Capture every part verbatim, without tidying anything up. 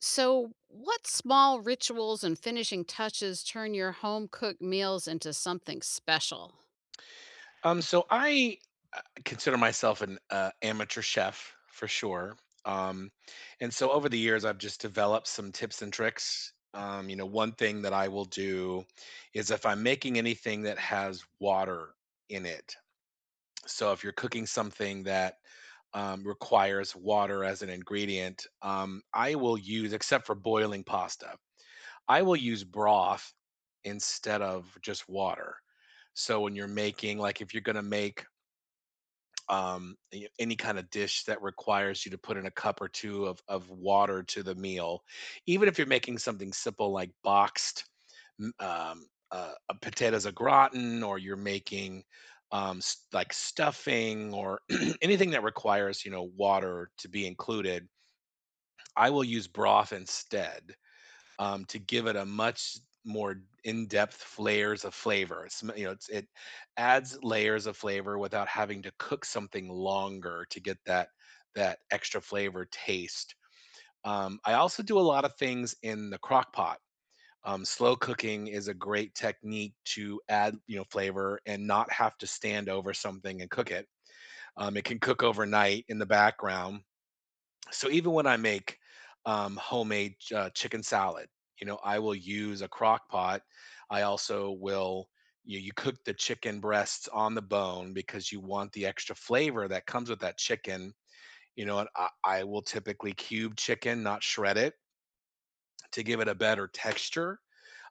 So, what small rituals and finishing touches turn your home cooked meals into something special? Um, so I uh, consider myself an uh, amateur chef for sure. Um, and so over the years, I've just developed some tips and tricks. Um, you know, one thing that I will do is if I'm making anything that has water in it. So if you're cooking something that um, requires water as an ingredient, um, I will use, except for boiling pasta, I will use broth instead of just water. So when you're making, like if you're going to make um, y- any kind of dish that requires you to put in a cup or two of, of water to the meal. Even if you're making something simple like boxed m- um, uh, a potatoes au gratin, or you're making um, s- like stuffing or anything that requires you know water to be included, I will use broth instead um, to give it a much more in-depth layers of flavor. It you know, it's, it adds layers of flavor without having to cook something longer to get that that extra flavor taste. Um, I also do a lot of things in the crock pot. Um, slow cooking is a great technique to add, you know, flavor and not have to stand over something and cook it. Um, it can cook overnight in the background, so even when I make um, homemade uh, chicken salad, you know, I will use a crock pot. I also will you, you cook the chicken breasts on the bone because you want the extra flavor that comes with that chicken. You know, and I, I will typically cube chicken, not shred it, to give it a better texture.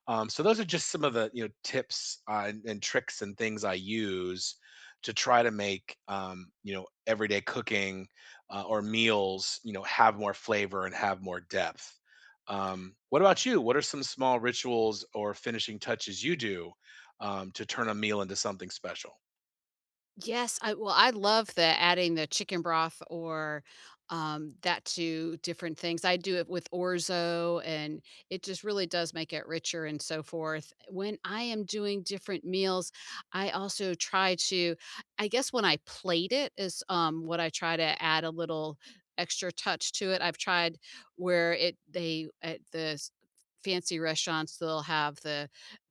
Um, so those are just some of the you know tips uh, and, and tricks and things I use to try to make um, you know everyday cooking uh, or meals you know have more flavor and have more depth. Um, what about you? What are some small rituals or finishing touches you do um, to turn a meal into something special? Yes, I well, I love the adding the chicken broth or, um, that to different things. I do it with orzo, and it just really does make it richer and so forth. When I am doing different meals, I also try to I guess when I plate it is, um, what I try to add a little extra touch to it. I've tried where it they at the s fancy restaurants, they'll have the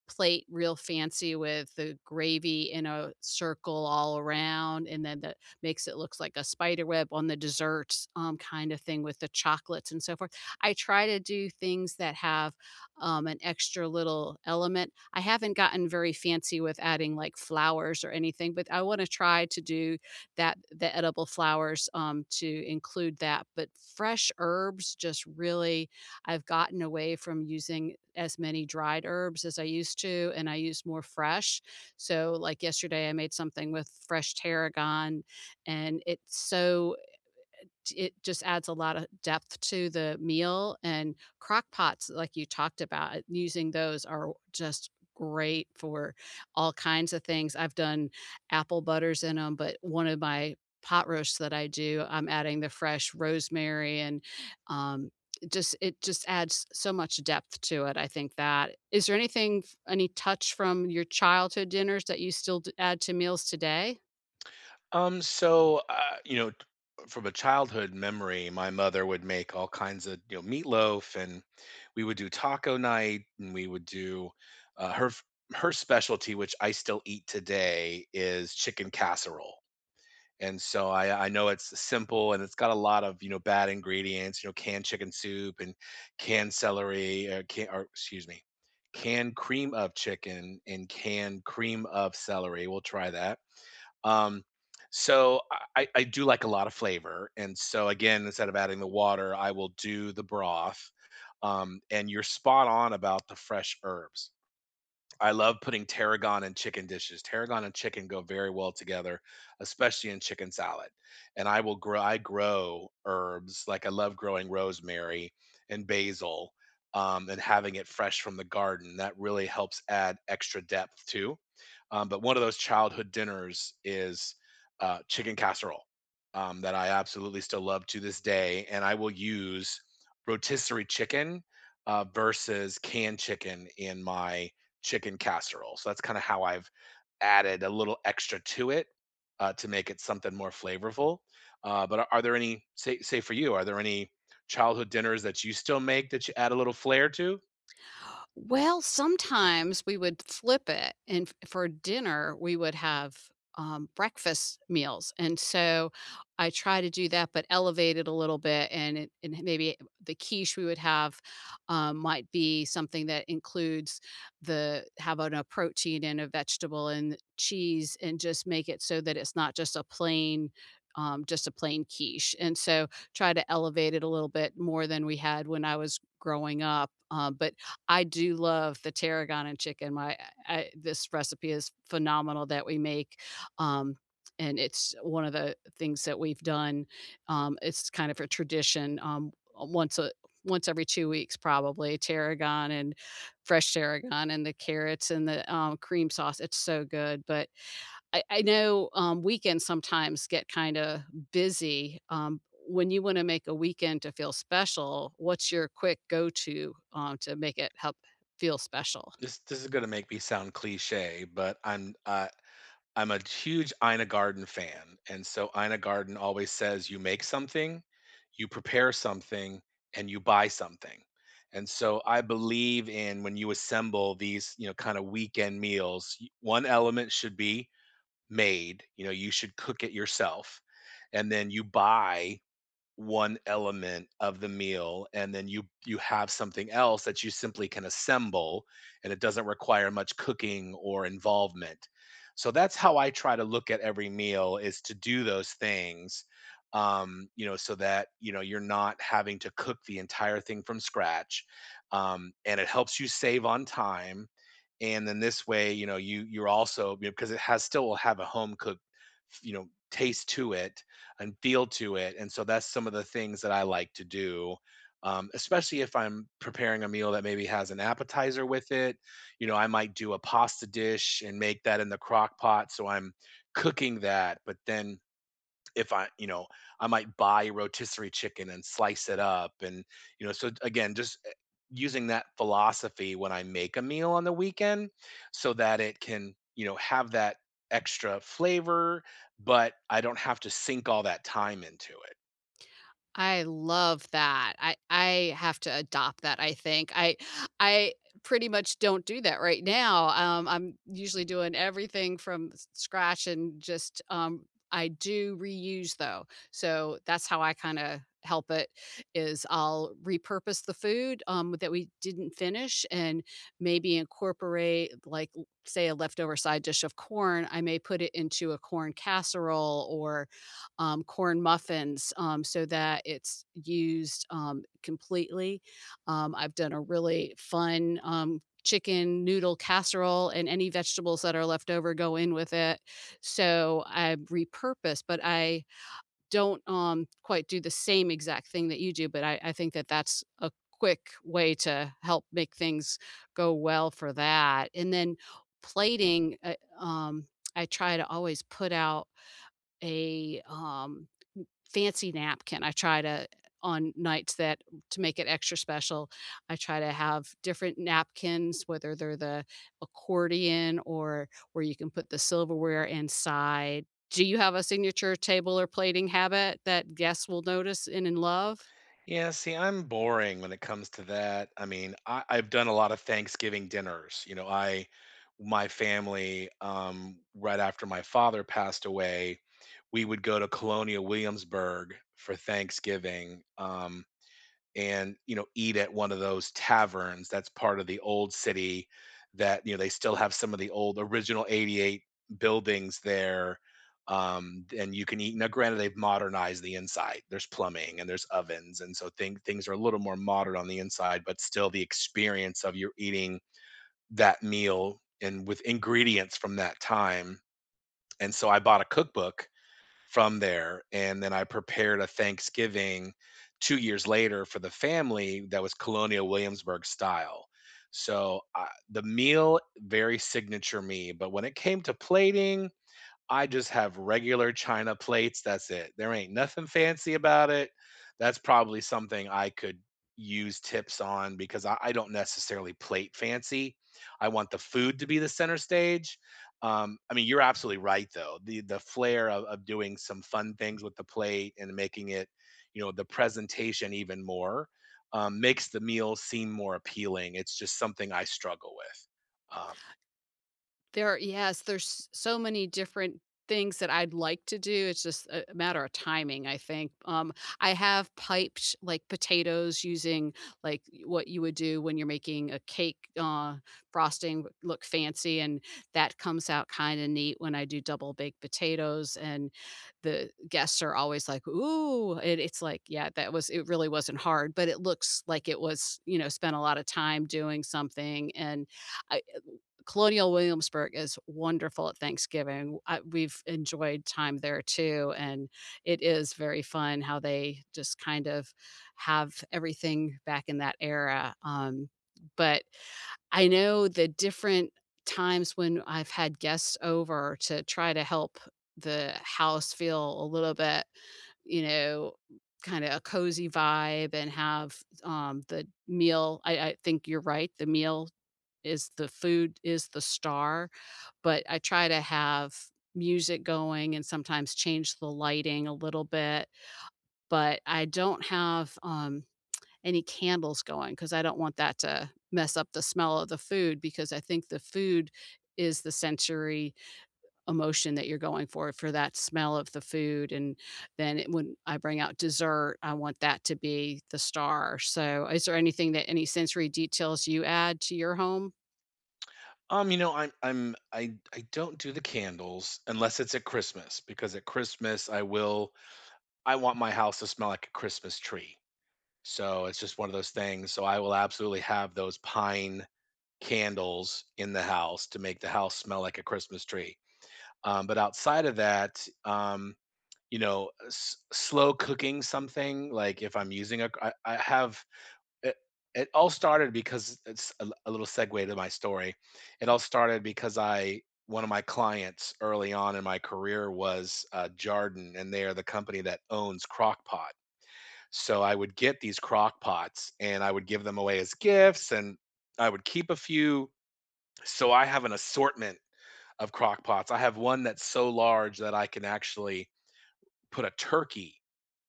plate real fancy with the gravy in a circle all around, and then that makes it looks like a spider web on the desserts, um, kind of thing with the chocolates and so forth. I try to do things that have, um, an extra little element. I haven't gotten very fancy with adding, like, flowers or anything, but I wanna try to do that the edible flowers, um, to include that, but fresh herbs just really I've gotten away from using as many dried herbs as I used to, and I use more fresh. So, like yesterday, I made something with fresh tarragon, and it's so it just adds a lot of depth to the meal, and crock pots, like you talked about, uh, using those are just great for all kinds of things. I've done apple butters in them, but one of my pot roasts that I do, I'm adding the fresh rosemary and, um, just it just adds so much depth to it, I think that. Is there anything any touch from your childhood dinners that you still d add to meals today? Um, so uh, you know, t- from a childhood memory, my mother would make all kinds of you know meatloaf, and we would do taco night, and we would do uh, her f- her specialty, which I still eat today, is chicken casserole. And so I, I know it's simple and it's got a lot of you know bad ingredients, you know canned chicken soup and canned celery, or, can, or excuse me, canned cream of chicken and canned cream of celery. We'll try that. Um, so I, I I do like a lot of flavor, and so again, instead of adding the water, I will do the broth. Um, and you're spot on about the fresh herbs. I love putting tarragon in chicken dishes. Tarragon and chicken go very well together, especially in chicken salad. And I will grow I grow herbs, like I love growing rosemary and basil, um, and having it fresh from the garden. That really helps add extra depth too. Um, but one of those childhood dinners is uh, chicken casserole um, that I absolutely still love to this day. And I will use rotisserie chicken uh, versus canned chicken in my chicken casserole. So that's kind of how I've added a little extra to it uh, to make it something more flavorful. Uh, but are, are there any say say for you? Are there any childhood dinners that you still make that you add a little flair to? Well, sometimes we would flip it, and f for dinner, we would have, um, breakfast meals, and so I try to do that, but elevate it a little bit, and it and maybe the quiche we would have, um, might be something that includes the having a protein and a vegetable and cheese, and just make it so that it's not just a plain, um, just a plain quiche, and so try to elevate it a little bit more than we had when I was growing up, um, but I do love the tarragona chicken. My I this recipe is phenomenal that we make, um, and it's one of the things that we've done. Um, it's kind of a tradition, um, once a once every two weeks probably, tarragon and fresh tarragon and the carrots and the, um, cream sauce. It's so good, but I I know, um, weekends sometimes get kinda busy, um, when you wanna make a weekend to feel special, what's your quick go-to, um, to make it help feel special? This this is gonna make me sound cliche, but I'm uh, I'm a huge Ina Garten fan, and so Ina Garten always says, "You make something, you prepare something, and you buy something." And so I believe in when you assemble these, you know, kind of weekend meals, y- one element should be made. You know, you should cook it yourself, and then you buy one element of the meal, and then you you have something else that you simply can assemble, and it doesn't require much cooking or involvement. So that's how I try to look at every meal, is to do those things, um, you know, so that, you know, you're not having to cook the entire thing from scratch. Um, and it helps you save on time. And then this way, you know, you you're also, because it has still will have a home cooked, you know, taste to it and feel to it. And so that's some of the things that I like to do. Um, especially if I'm preparing a meal that maybe has an appetizer with it. You know, I might do a pasta dish and make that in the crock pot. So I'm cooking that, but then if I, you know, I might buy a rotisserie chicken and slice it up. And, you know, so again, just eh, using that philosophy when I make a meal on the weekend so that it can, you know, have that extra flavor, but I don't have to sink all that time into it. I love that. I I have to adopt that, I think. I I pretty much don't do that right now. Um, I'm usually doing everything from s- scratch and just um, I do reuse though. So that's how I kind of help it is I'll repurpose the food um, that we didn't finish and maybe incorporate like l- say a leftover side dish of corn. I may put it into a corn casserole or um, corn muffins um, so that it's used um, completely. Um, I've done a really fun um, chicken noodle casserole, and any vegetables that are left over go in with it. So I repurpose, but I don't um, quite do the same exact thing that you do. But I, I think that that's a quick way to help make things go well for that. And then plating, uh, um, I try to always put out a um, fancy napkin. I try to on nights that to make it extra special, I try to have different napkins, whether they're the accordion or where you can put the silverware inside. Do you have a signature table or plating habit that guests will notice and in love? Yeah, see, I'm boring when it comes to that. I mean, I, I've done a lot of Thanksgiving dinners. You know, I, my family, um, right after my father passed away, we would go to Colonial Williamsburg for Thanksgiving. Um, and you know eat at one of those taverns that's part of the old city, that you know they still have some of the old original eighty-eight buildings there, um and you can eat. Now granted, they've modernized the inside, there's plumbing and there's ovens, and so thing, things are a little more modern on the inside, but still the experience of you're eating that meal and with ingredients from that time. And so I bought a cookbook from there, and then I prepared a Thanksgiving two years later for the family that was Colonial Williamsburg style. So, I the meal, very signature me, but when it came to plating, I just have regular china plates, that's it. There ain't nothing fancy about it. That's probably something I could use tips on because I I don't necessarily plate fancy. I want the food to be the center stage. Um, I mean, you're absolutely right though. The the flair of of doing some fun things with the plate and making it, you know, the presentation even more, um, makes the meal seem more appealing. It's just something I struggle with. Um There are yes, there's so many different things that I'd like to do. It's just a a matter of timing, I think. Um, I have piped like potatoes using like what you would do when you're making a cake uh, frosting w- look fancy, and that comes out kind of neat when I do double baked potatoes. And the guests are always like, "Ooh!" And it's like, yeah, that was it. Really wasn't hard, but it looks like it was, you know, spent a lot of time doing something and I, Colonial Williamsburg is wonderful at Thanksgiving. I we've enjoyed time there too, and it is very fun how they just kind of have everything back in that era, um, but I know the different times when I've had guests over to try to help the house feel a little bit, you know, kinda a cozy vibe and have, um, the meal I I think you're right, the meal is the food is the star, but I try to have music going and sometimes change the lighting a little bit, but I don't have, um, any candles going because I don't want that to mess up the smell of the food because I think the food is the sensory emotion that you're going for, for that smell of the food, and then it when I bring out dessert, I want that to be the star, so is there anything that any sensory details you add to your home? Um, you know, I'm I'm I I don't do the candles unless it's at Christmas, because at Christmas I will, I want my house to smell like a Christmas tree. So it's just one of those things. So I will absolutely have those pine candles in the house to make the house smell like a Christmas tree. Um, but outside of that, um, you know, s- slow cooking something, like if I'm using a, I, I have it it all started because it's a, a little segue to my story. It all started because I one of my clients early on in my career was uh, Jarden, and they are the company that owns Crock-Pot. So I would get these crock pots and I would give them away as gifts, and I would keep a few. So I have an assortment of crock pots. I have one that's so large that I can actually put a turkey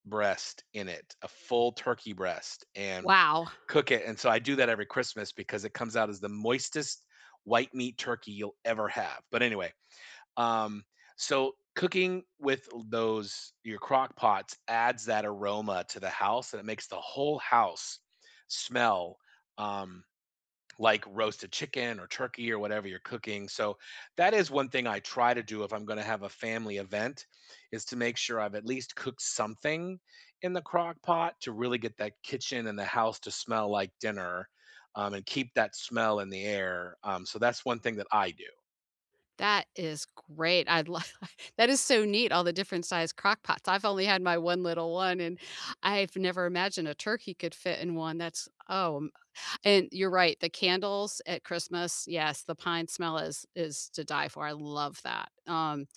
breast in it, a full turkey breast, and Wow. cook it, and so I do that every Christmas because it comes out as the moistest white meat turkey you'll ever have. But anyway, um, so cooking with those your crock pots adds that aroma to the house, and it makes the whole house smell, um, like roasted chicken or turkey or whatever you're cooking. So that is one thing I try to do if I'm going to have a family event, is to make sure I've at least cooked something in the crock pot to really get that kitchen and the house to smell like dinner, um, and keep that smell in the air. Um, so that's one thing that I do. That is great. I'd love that is so neat, all the different size crock pots. I've only had my one little one, and I've never imagined a turkey could fit in one. That's oh, um, and you're right, the candles at Christmas, yes, the pine smell is is to die for. I love that. Um,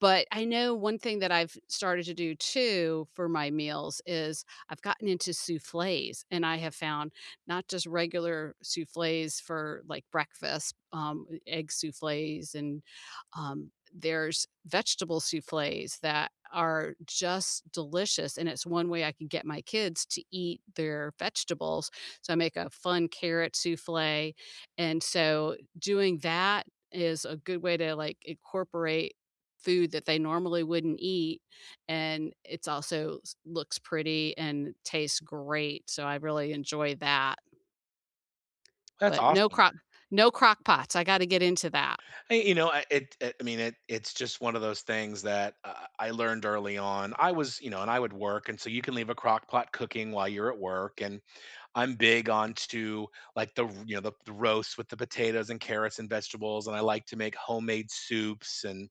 but I know one thing that I've started to do too for my meals is I've gotten into soufflés, and I have found not just regular soufflés for like breakfast, um, e egg soufflés and, um, there's vegetable soufflés that are just delicious, and it's one way I can get my kids to eat their vegetables. So I make a fun carrot soufflé, and so doing that is a good way to, like, incorporate food that they normally wouldn't eat, and it's also s looks pretty and tastes great, so I really enjoy that, That's but no awesome. crock no crock pots, I gotta get into that. Hey, you know, I- it, it. I mean, it. It's just one of those things that uh, I learned early on. I was, you know, and I would work, and so you can leave a crock pot cooking while you're at work, and I'm big onto like the you know the, the roast with the potatoes and carrots and vegetables, and I like to make homemade soups, and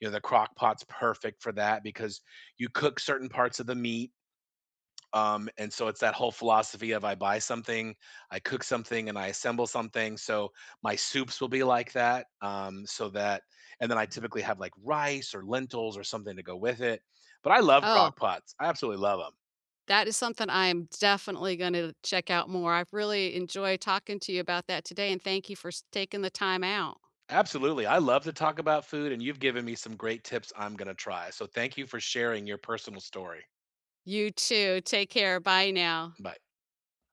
you know the crock pot's perfect for that because you cook certain parts of the meat. Um, and so it's that whole philosophy of I buy something, I cook something, and I assemble something. So my soups will be like that. Um, so that, and then I typically have like rice or lentils or something to go with it. But I love Oh, crock pots. I absolutely love them. that is something I am definitely gonna check out more. I've really enjoyed talking to you about that today, and thank you for s taking the time out. Absolutely. I love to talk about food, and you've given me some great tips I'm going to try. So thank you for sharing your personal story. You too, take care, bye now. Bye.